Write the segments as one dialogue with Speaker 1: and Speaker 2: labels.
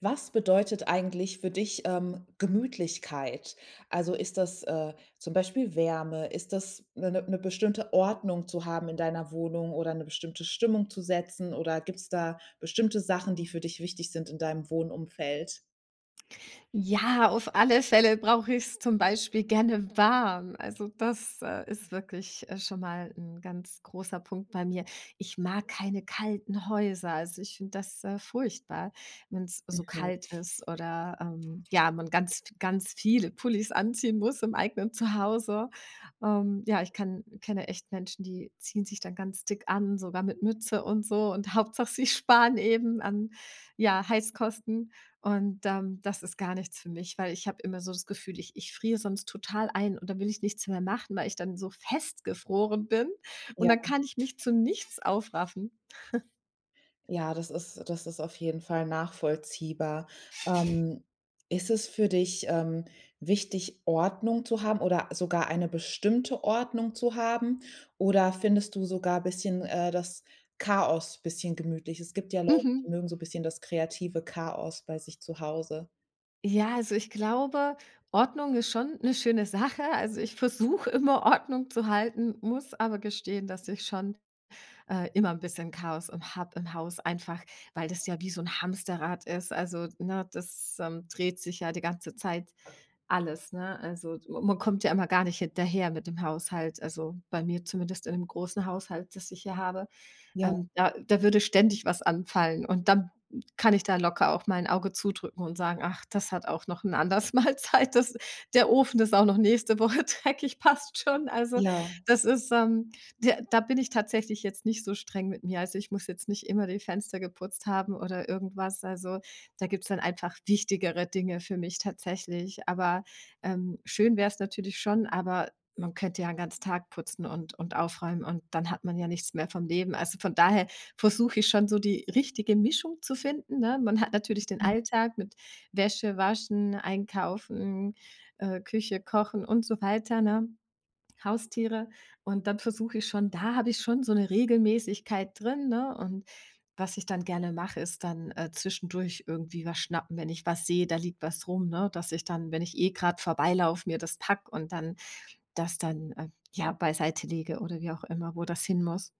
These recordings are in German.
Speaker 1: Was bedeutet eigentlich für dich, Gemütlichkeit? Also, ist das, zum Beispiel Wärme? Ist das eine 'ne 'ne bestimmte Ordnung zu haben in deiner Wohnung oder eine bestimmte Stimmung zu setzen oder gibt es da bestimmte Sachen, die für dich wichtig sind in deinem Wohnumfeld?
Speaker 2: Ja, auf alle Fälle brauche ich's zum Beispiel gerne warm. Also, das, ist wirklich, schon mal ein ganz großer Punkt bei mir. Ich mag keine kalten Häuser. Also, ich finde das, furchtbar, wenn es so
Speaker 1: Mhm.
Speaker 2: kalt ist oder, ja, man ganz ganz viele Pullis anziehen muss im eigenen Zuhause. Ja, ich kann kenne echt Menschen, die ziehen sich dann ganz dick an, sogar mit Mütze und so und Hauptsache, sie sparen eben an, ja, Heizkosten. Und, das ist gar nichts für mich, weil ich habe immer so das Gefühl, ich friere sonst total ein und dann will ich nichts mehr machen, weil ich dann so festgefroren bin und
Speaker 1: Ja.
Speaker 2: dann kann ich mich zu nichts aufraffen.
Speaker 1: Ja, das ist auf jeden Fall nachvollziehbar. Ähm, Ist es für dich, wichtig, Ordnung zu haben oder sogar eine bestimmte Ordnung zu haben? Oder findest du sogar ein bisschen, das Chaos ein bisschen gemütlich? Es gibt ja Leute, die
Speaker 2: Mhm.
Speaker 1: mögen so ein bisschen das kreative Chaos bei sich zu Hause.
Speaker 2: Ja, also ich glaube, Ordnung ist schon eine schöne Sache. Also, ich versuche immer Ordnung zu halten, muss aber gestehen, dass ich schon, immer ein bisschen Chaos im habe im Haus, einfach weil das ja wie so ein Hamsterrad ist. Also, ne, das, dreht sich ja die ganze Zeit. Alles, ne? Also, man kommt ja immer gar nicht hinterher mit dem Haushalt. Also, bei mir zumindest in dem großen Haushalt, das ich hier habe.
Speaker 1: Ja,
Speaker 2: Da würde ständig was anfallen und dann kann ich da locker auch mal 'n Auge zudrücken und sagen: „Ach, das hat auch noch ein anderes mal Zeit. Das der Ofen ist auch noch nächste Woche dreckig, passt schon." Also,
Speaker 1: ja,
Speaker 2: das ist, da da bin ich tatsächlich jetzt nicht so streng mit mir. Also, ich muss jetzt nicht immer die Fenster geputzt haben oder irgendwas. Also, da gibt's dann einfach wichtigere Dinge für mich tatsächlich. Aber, schön wäre es natürlich schon, aber man könnte ja 'n ganzen Tag putzen und aufräumen und dann hat man ja nichts mehr vom Leben. Also, von daher versuche ich schon so die richtige Mischung zu finden, ne? Man hat natürlich den
Speaker 1: mhm.
Speaker 2: Alltag mit Wäsche waschen, einkaufen, Küche kochen und so weiter, ne? Haustiere. Und dann versuche ich schon da habe ich schon so eine Regelmäßigkeit drin, ne? Und was ich dann gerne mache, ist dann, zwischendurch irgendwie was schnappen, wenn ich was sehe, da liegt was rum, ne? Dass ich dann, wenn ich eh gerade vorbeilaufe, mir das pack und dann das dann, ja, beiseite lege oder wie auch immer, wo das hin muss.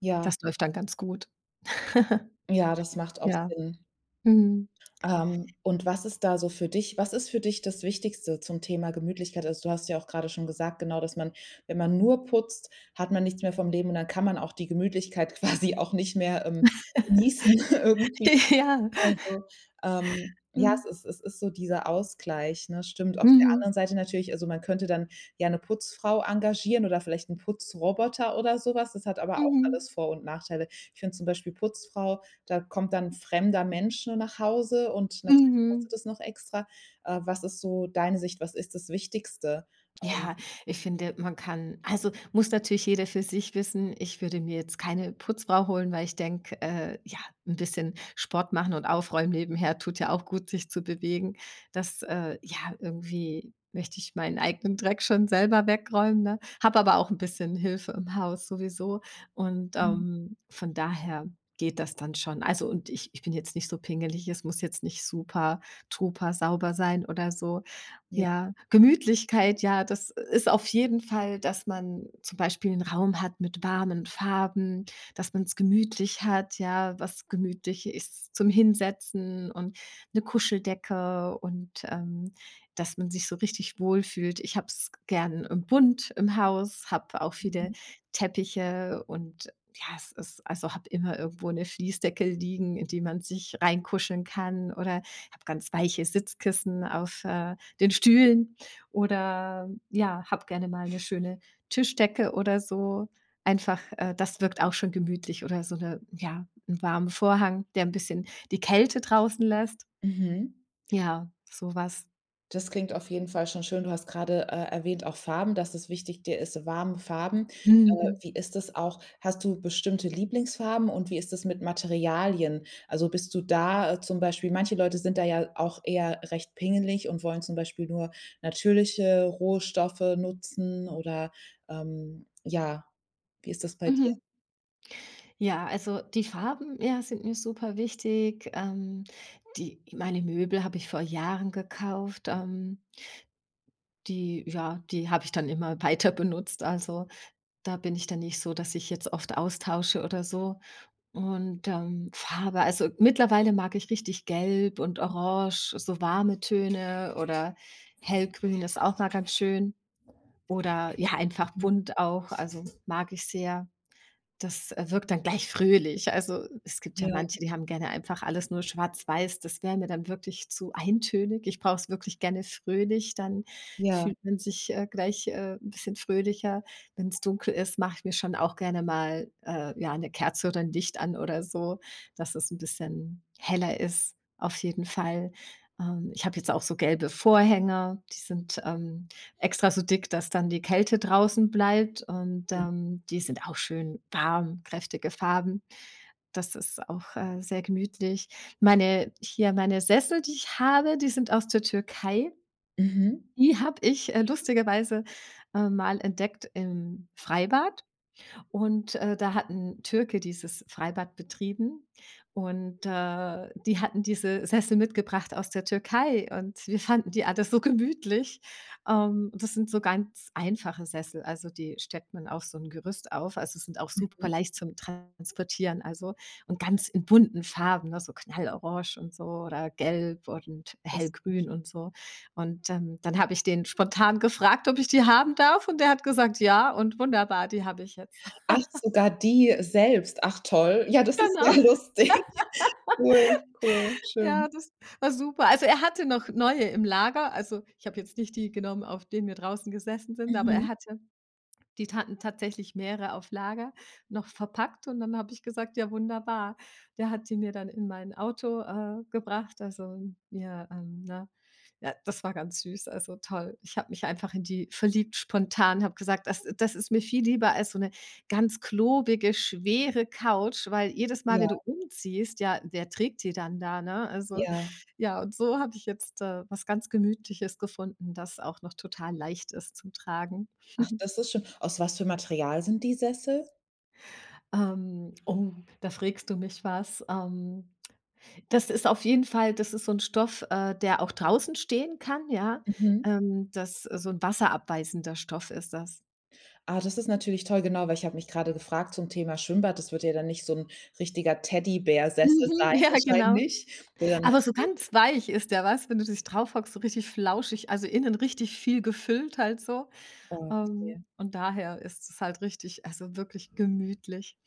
Speaker 1: Ja,
Speaker 2: Das läuft dann ganz gut.
Speaker 1: ja, das macht auch
Speaker 2: Ja.
Speaker 1: Sinn.
Speaker 2: Mhm.
Speaker 1: Und was ist da so für dich was ist für dich das Wichtigste zum Thema Gemütlichkeit? Also, du hast ja auch gerade schon gesagt, genau, dass man wenn man nur putzt, hat man nichts mehr vom Leben und dann kann man auch die Gemütlichkeit quasi auch nicht mehr, genießen irgendwie.
Speaker 2: Ja.
Speaker 1: Also, ja, es
Speaker 2: Mhm.
Speaker 1: ist es ist so dieser Ausgleich, ne? Stimmt. Auf der
Speaker 2: Mhm.
Speaker 1: anderen Seite natürlich, also, man könnte dann ja eine Putzfrau engagieren oder vielleicht einen Putzroboter oder sowas. Das hat aber auch
Speaker 2: Mhm.
Speaker 1: alles Vor und Nachteile. Ich finde zum Beispiel Putzfrau, da kommt dann fremder Mensch nur nach Hause und natürlich
Speaker 2: Mhm.
Speaker 1: kostet es noch extra. Was ist so deine Sicht? Was ist das Wichtigste?
Speaker 2: Ja, ich finde, man kann also, muss natürlich jeder für sich wissen. Ich würde mir jetzt keine Putzfrau holen, weil ich denke, ja, ein bisschen Sport machen und aufräumen nebenher tut ja auch gut, sich zu bewegen. Das, ja, irgendwie möchte ich meinen eigenen Dreck schon selber wegräumen, ne? Habe aber auch ein bisschen Hilfe im Haus sowieso und,
Speaker 1: Mhm.
Speaker 2: von daher geht das dann schon. Also, und ich bin jetzt nicht so pingelig, es muss jetzt nicht super, duper sauber sein oder so.
Speaker 1: Ja.
Speaker 2: Ja, Gemütlichkeit, ja, das ist auf jeden Fall, dass man zum Beispiel einen Raum hat mit warmen Farben, dass man es gemütlich hat, ja, was gemütlich ist zum Hinsetzen und eine Kuscheldecke und, dass man sich so richtig wohlfühlt. Ich habe es gern, im bunt im Haus, habe auch viele Teppiche und ja, es ist also, habe immer irgendwo eine Fließdecke liegen, in die man sich reinkuscheln kann oder habe ganz weiche Sitzkissen auf, den Stühlen oder ja, hab gerne mal eine schöne Tischdecke oder so. Einfach, das wirkt auch schon gemütlich oder so 'ne ja, ein warmen Vorhang, der ein bisschen die Kälte draußen lässt.
Speaker 1: Mhm.
Speaker 2: Ja, sowas.
Speaker 1: Das klingt auf jeden Fall schon schön. Du hast gerade erwähnt, auch Farben, dass es wichtig dir ist, warme Farben.
Speaker 2: Mhm.
Speaker 1: Wie ist das auch hast du bestimmte Lieblingsfarben und wie ist das mit Materialien? Also, bist du da, zum Beispiel manche Leute sind da ja auch eher recht pingelig und wollen zum Beispiel nur natürliche Rohstoffe nutzen oder, ja, wie ist das bei dir?
Speaker 2: Mhm. Ja, also die Farben, ja, sind mir super wichtig. Die meine Möbel habe ich vor Jahren gekauft. Die habe ich dann immer weiter benutzt. Also, da bin ich dann nicht so, dass ich jetzt oft austausche oder so. Und, Farbe also, mittlerweile mag ich richtig Gelb und Orange, so warme Töne oder Hellgrün ist auch mal ganz schön oder ja, einfach
Speaker 1: Mhm.
Speaker 2: bunt auch, also mag ich sehr. Das, wirkt dann gleich fröhlich. Also, es gibt ja
Speaker 1: Ja,
Speaker 2: manche, die haben gerne einfach alles nur schwarz-weiß. Das wäre mir dann wirklich zu eintönig. Ich brauche es wirklich gerne fröhlich, dann
Speaker 1: ja.
Speaker 2: fühlt man sich, gleich, 'n bisschen fröhlicher. Wenn es dunkel ist, mache ich mir schon auch gerne mal, ja, eine Kerze oder ein Licht an oder so, dass es ein bisschen heller ist, auf jeden Fall. Ich habe jetzt auch so gelbe Vorhänge, die sind, extra so dick, dass dann die Kälte draußen bleibt. Und die sind auch schön warm, kräftige Farben. Das ist auch sehr gemütlich. Meine Sessel, die ich habe, die sind aus der Türkei.
Speaker 1: Mhm.
Speaker 2: Die habe ich, lustigerweise, mal entdeckt im Freibad. Und, da hat 'n Türke dieses Freibad betrieben und, die hatten diese Sessel mitgebracht aus der Türkei und wir fanden die alle so gemütlich. Das sind so ganz einfache Sessel, also die stellt man auf so ein Gerüst auf. Also, sind auch super
Speaker 1: Mhm.
Speaker 2: leicht zum Transportieren, also und ganz in bunten Farben, ne, so knallorange und so oder gelb und
Speaker 1: Das
Speaker 2: hellgrün und so. Und, dann habe ich den spontan gefragt, ob ich die haben darf und der hat gesagt: „Ja" und wunderbar, die habe ich jetzt.
Speaker 1: Ach, sogar die selbst. Ach, toll. Ja, das ist ja
Speaker 2: Genau,
Speaker 1: lustig. Cool, cool, schön.
Speaker 2: ja, das war super. Also, er hatte noch neue im Lager. Also, ich habe jetzt nicht die genommen, auf denen wir draußen gesessen sind, aber er
Speaker 1: Mhm.
Speaker 2: hatte die hatten tatsächlich mehrere auf Lager, noch verpackt und dann habe ich gesagt: „Ja, wunderbar." Der hat die mir dann in mein Auto, gebracht, also mir, ne ja, das war ganz süß, also toll. Ich habe mich einfach in die verliebt spontan, habe gesagt: „Das ist mir viel lieber als so eine ganz klobige, schwere Couch", weil jedes Mal,
Speaker 1: Ja,
Speaker 2: wenn du umziehst, ja, wer trägt die dann da, ne? Also,
Speaker 1: ja.
Speaker 2: ja, und so habe ich jetzt, was ganz Gemütliches gefunden, das auch noch total leicht ist zum Tragen.
Speaker 1: Ach, das ist schön. Aus was für Material sind die Sessel?
Speaker 2: Oh, da frägst du mich was. Das ist auf jeden Fall das ist so ein Stoff, der auch draußen stehen kann, ja?
Speaker 1: Mhm.
Speaker 2: Das so ein wasserabweisender Stoff ist das.
Speaker 1: Ah, das ist natürlich toll, genau, weil ich habe mich gerade gefragt zum Thema Schwimmbad, das wird ja dann nicht so 'n richtiger Teddybär-Sessel
Speaker 2: Mhm,
Speaker 1: sein
Speaker 2: ja, genau.
Speaker 1: wahrscheinlich, der dann
Speaker 2: Aber so ganz weich ist der, weißt wenn du dich drauf hockst, so richtig flauschig, also innen richtig viel gefüllt halt so.
Speaker 1: okay.
Speaker 2: Und daher ist es halt richtig also wirklich gemütlich.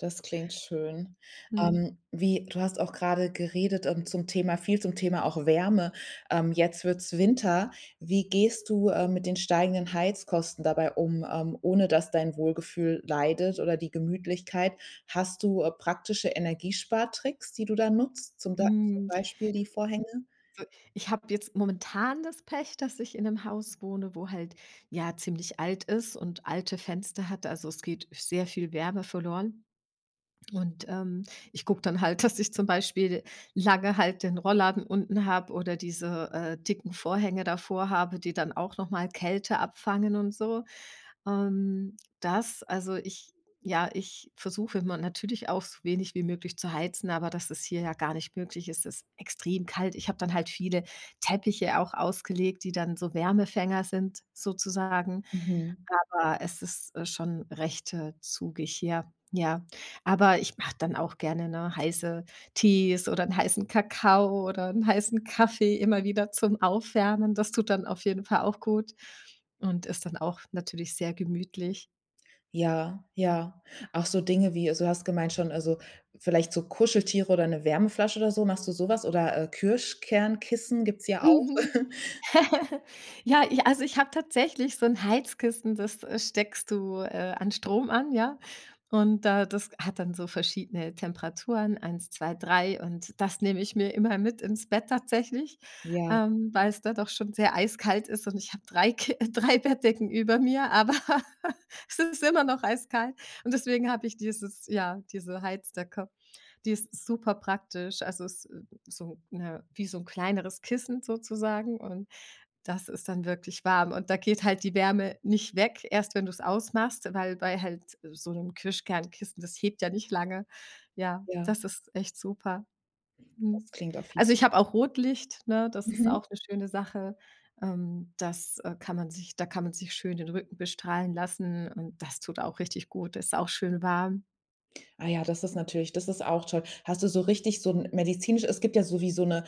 Speaker 1: Das klingt schön. Wie du hast auch gerade geredet, zum Thema viel zum Thema auch Wärme. Jetzt wird's Winter. Wie gehst du, mit den steigenden Heizkosten dabei um, ohne dass dein Wohlgefühl leidet oder die Gemütlichkeit? Hast du, praktische Energiespartricks, die du da nutzt, zum
Speaker 2: Mhm.
Speaker 1: Beispiel die Vorhänge?
Speaker 2: So, ich habe jetzt momentan das Pech, dass ich in einem Haus wohne, wo halt, ja, ziemlich alt ist und alte Fenster hat. Also, es geht sehr viel Wärme verloren. Und, ich gucke dann halt, dass ich zum Beispiel lange halt den Rollladen unten habe oder diese, dicken Vorhänge davor habe, die dann auch nochmal Kälte abfangen und so. Das also ich ja, ich versuche immer natürlich auch so wenig wie möglich zu heizen, aber dass es hier ja gar nicht möglich ist, ist extrem kalt. Ich habe dann halt viele Teppiche auch ausgelegt, die dann so Wärmefänger sind sozusagen.
Speaker 1: Mhm.
Speaker 2: Aber es ist, schon recht, zugig hier, ja. Aber ich mache dann auch gerne, ne, heiße Tees oder 'n heißen Kakao oder 'n heißen Kaffee immer wieder zum Aufwärmen. Das tut dann auf jeden Fall auch gut und ist dann auch natürlich sehr gemütlich.
Speaker 1: Ja, ja. Auch so Dinge wie, also, du hast gemeint schon, also, vielleicht so Kuscheltiere oder 'ne Wärmeflasche oder so. Machst du so was oder, Kirschkernkissen gibt's ja auch.
Speaker 2: Mhm. Ja, ich habe tatsächlich so ein Heizkissen, das, steckst du, an Strom an, ja? Und da das hat dann so verschiedene Temperaturen, eins, 2, 3. Und das nehme ich mir immer mit ins Bett tatsächlich,
Speaker 1: Ja,
Speaker 2: weil es da doch schon sehr eiskalt ist und ich habe 3 Ki drei Bettdecken über mir, aber es ist immer noch eiskalt und deswegen habe ich diese Heizdecke. Die ist super praktisch, also, es ist, so eine wie so ein kleineres Kissen sozusagen und das ist dann wirklich warm und da geht halt die Wärme nicht weg, erst wenn du es ausmachst, weil bei halt so 'nem Kirschkernkissen, das hebt ja nicht lange. Ja,
Speaker 1: ja,
Speaker 2: das ist echt super. Mhm.
Speaker 1: das klingt auf jeden.
Speaker 2: Also, ich habe auch Rotlicht, ne? Das ist
Speaker 1: Mhm.
Speaker 2: auch 'ne schöne Sache. Das, kann man sich schön den Rücken bestrahlen lassen und das tut auch richtig gut, ist auch schön warm.
Speaker 1: Ah ja, das ist natürlich das ist auch toll. Hast du so richtig so 'n medizinisch, es gibt ja so wie so 'ne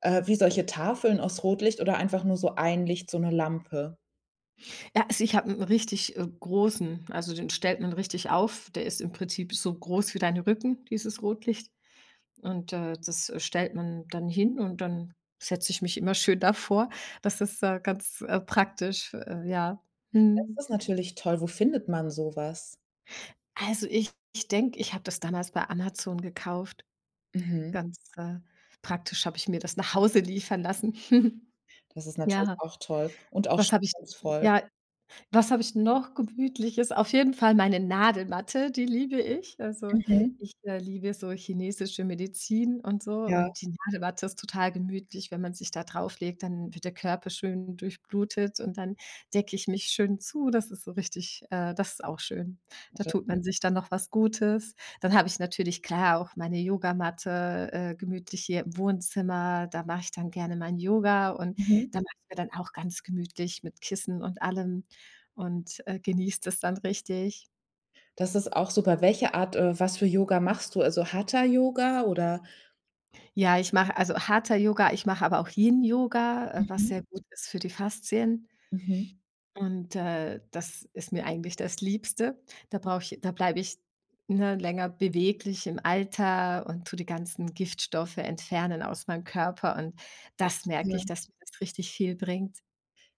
Speaker 1: wie solche Tafeln aus Rotlicht oder einfach nur so ein Licht, so 'ne Lampe.
Speaker 2: Ja, also, ich habe 'n richtig, großen also, den stellt man richtig auf. Der ist im Prinzip so groß wie dein Rücken, dieses Rotlicht. Und, das stellt man dann hin und dann setze ich mich immer schön davor. Das ist, ganz, praktisch, ja. Mhm.
Speaker 1: Das ist natürlich toll. Wo findet man so was?
Speaker 2: Also, ich denke, ich habe das damals bei Amazon gekauft.
Speaker 1: Mhm.
Speaker 2: Ganz, praktisch habe ich mir das nach Hause liefern lassen.
Speaker 1: Das ist natürlich
Speaker 2: Ja,
Speaker 1: auch toll und auch
Speaker 2: was habe ich
Speaker 1: stimmungsvoll.
Speaker 2: ja, was habe ich noch Gemütliches? Auf jeden Fall meine Nadelmatte, die liebe ich. Also,
Speaker 1: Mhm.
Speaker 2: ich, liebe so chinesische Medizin und so
Speaker 1: Ja.
Speaker 2: und die Nadelmatte ist total gemütlich. Wenn man sich da drauflegt, dann wird der Körper schön durchblutet und dann decke ich mich schön zu. Das ist so richtig, das ist auch schön. Da
Speaker 1: Also,
Speaker 2: tut man sich dann noch was Gutes. Dann habe ich natürlich klar auch meine Yogamatte, gemütlich hier im Wohnzimmer. Da mache ich dann gerne mein Yoga und
Speaker 1: mhm.
Speaker 2: da mache ich mir dann auch ganz gemütlich mit Kissen und allem und, genießt es dann richtig.
Speaker 1: Das ist auch super. Welche Art, was für Yoga machst du? Also, Hatha Yoga oder.
Speaker 2: Ja, ich mache also Hatha Yoga, ich mache aber auch Yin Yoga, was
Speaker 1: Mhm.
Speaker 2: sehr gut ist für die Faszien.
Speaker 1: Mhm.
Speaker 2: Und, das ist mir eigentlich das Liebste. Da bleibe ich, ne, länger beweglich im Alter und tue die ganzen Giftstoffe entfernen aus meinem Körper und das merke
Speaker 1: Ja.
Speaker 2: ich, dass mir das richtig viel bringt.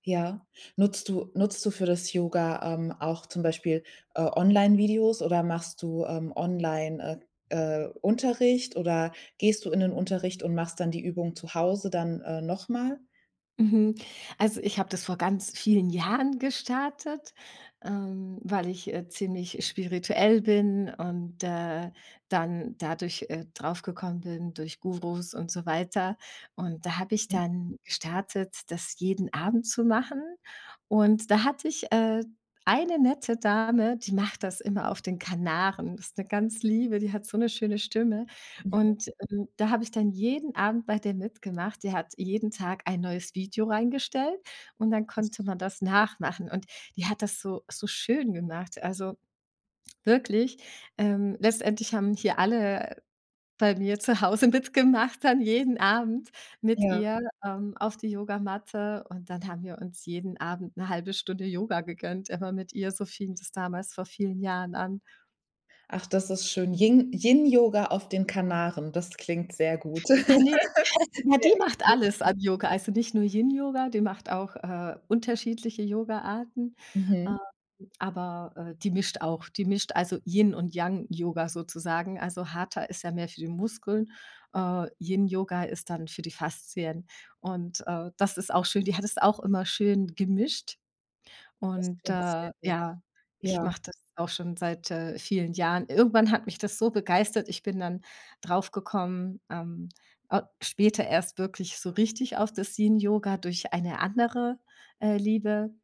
Speaker 1: Ja. Nutzt du für das Yoga, auch zum Beispiel, Online-Videos oder machst du, online, äh, Unterricht oder gehst du in den Unterricht und machst dann die Übung zu Hause dann, noch.
Speaker 2: Mhm. Also, ich habe das vor ganz vielen Jahren gestartet, weil ich, ziemlich spirituell bin und, dann dadurch, draufgekommen bin durch Gurus und so weiter. Und da habe ich
Speaker 1: Mhm.
Speaker 2: dann gestartet, das jeden Abend zu machen. Und da hatte ich, eine nette Dame, die macht das immer auf den Kanaren. Das ist eine ganz liebe, die hat so eine schöne Stimme und da habe ich dann jeden Abend bei der mitgemacht. Die hat jeden Tag ein neues Video reingestellt und dann konnte man das nachmachen. Und die hat das so so schön gemacht. Also, wirklich, letztendlich haben hier alle bei mir zu Hause mitgemacht dann jeden Abend mit
Speaker 1: Ja.
Speaker 2: ihr, auf die Yogamatte und dann haben wir uns jeden Abend eine halbe Stunde Yoga gegönnt, immer mit ihr, so fing das damals vor vielen Jahren an.
Speaker 1: Ach, das ist schön. Yin-Yoga auf den Kanaren, das klingt sehr gut. Sehr,
Speaker 2: Ah, ne. Ja, die macht alles an Yoga. Also, nicht nur Yin-Yoga, die macht auch, unterschiedliche Yogaarten,
Speaker 1: mhm.
Speaker 2: ähm, aber, die mischt auch. Die mischt also Yin und Yang-Yoga sozusagen. Also, Hatha ist ja mehr für die Muskeln, Yin-Yoga ist dann für die Faszien und, das ist auch schön. Die hat es auch immer schön gemischt.
Speaker 1: Das
Speaker 2: Und,
Speaker 1: klingt sehr gut.
Speaker 2: ja, ich
Speaker 1: Ja.
Speaker 2: mache das auch schon seit, vielen Jahren. Irgendwann hat mich das so begeistert, ich bin dann draufgekommen, au später erst wirklich so richtig auf das Yin Yoga durch eine andere, Liebe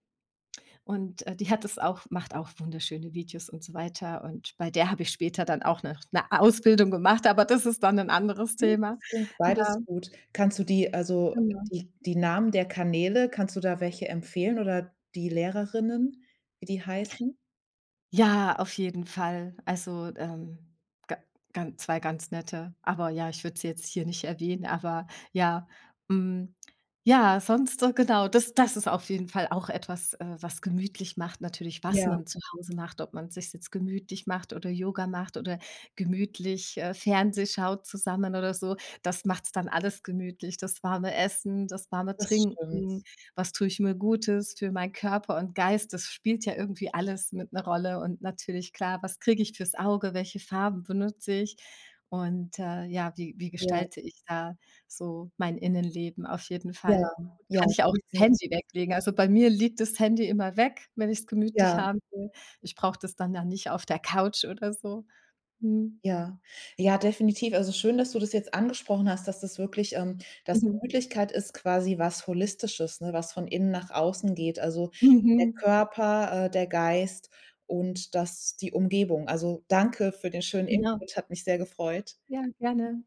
Speaker 2: und, die hat es auch macht auch wunderschöne Videos und so weiter und bei der habe ich später dann auch noch 'ne Ausbildung gemacht, aber das ist dann ein anderes
Speaker 1: Hm,
Speaker 2: Thema.
Speaker 1: das klingt
Speaker 2: Ja,
Speaker 1: beides gut. Kannst du die also
Speaker 2: genau.
Speaker 1: Die Namen der Kanäle, kannst du da welche empfehlen oder die Lehrerinnen, wie die heißen?
Speaker 2: Ja, auf jeden Fall. Also, ga gan 2 ganz nette. Aber ja, ich würde sie jetzt hier nicht erwähnen, aber ja. Hm, ja, sonst so genau, das ist auf jeden Fall auch etwas, was gemütlich macht natürlich, was
Speaker 1: Ja,
Speaker 2: man zu Hause macht, ob man sich jetzt gemütlich macht oder Yoga macht oder gemütlich, Fernseh schaut zusammen oder so. Das macht es dann alles gemütlich, das warme Essen, das warme
Speaker 1: das stimmt.
Speaker 2: Trinken, was tue ich mir Gutes für meinen Körper und Geist. Das spielt ja irgendwie alles mit einer Rolle und natürlich klar, was kriege ich fürs Auge, welche Farben benutze ich und, ja, wie
Speaker 1: Ja,
Speaker 2: gestalte ich da so mein Innenleben auf jeden
Speaker 1: ja,
Speaker 2: Fall.
Speaker 1: ja,
Speaker 2: Kann ich auch das Handy
Speaker 1: definitiv.
Speaker 2: weglegen. Also, bei mir liegt das Handy immer weg, wenn ich es gemütlich
Speaker 1: Ja,
Speaker 2: haben will. Ich brauche das dann ja nicht auf der Couch oder so. Mhm.
Speaker 1: ja. Ja, definitiv. Also, schön, dass du das jetzt angesprochen hast, dass das wirklich, dass
Speaker 2: Mhm.
Speaker 1: Gemütlichkeit ist quasi was Holistisches, ne, was von innen nach außen geht. Also, der
Speaker 2: Mhm.
Speaker 1: Körper, der Geist und das die Umgebung. Also, danke für den schönen
Speaker 2: Genau.
Speaker 1: Input, hat mich sehr gefreut.
Speaker 2: Ja, gerne.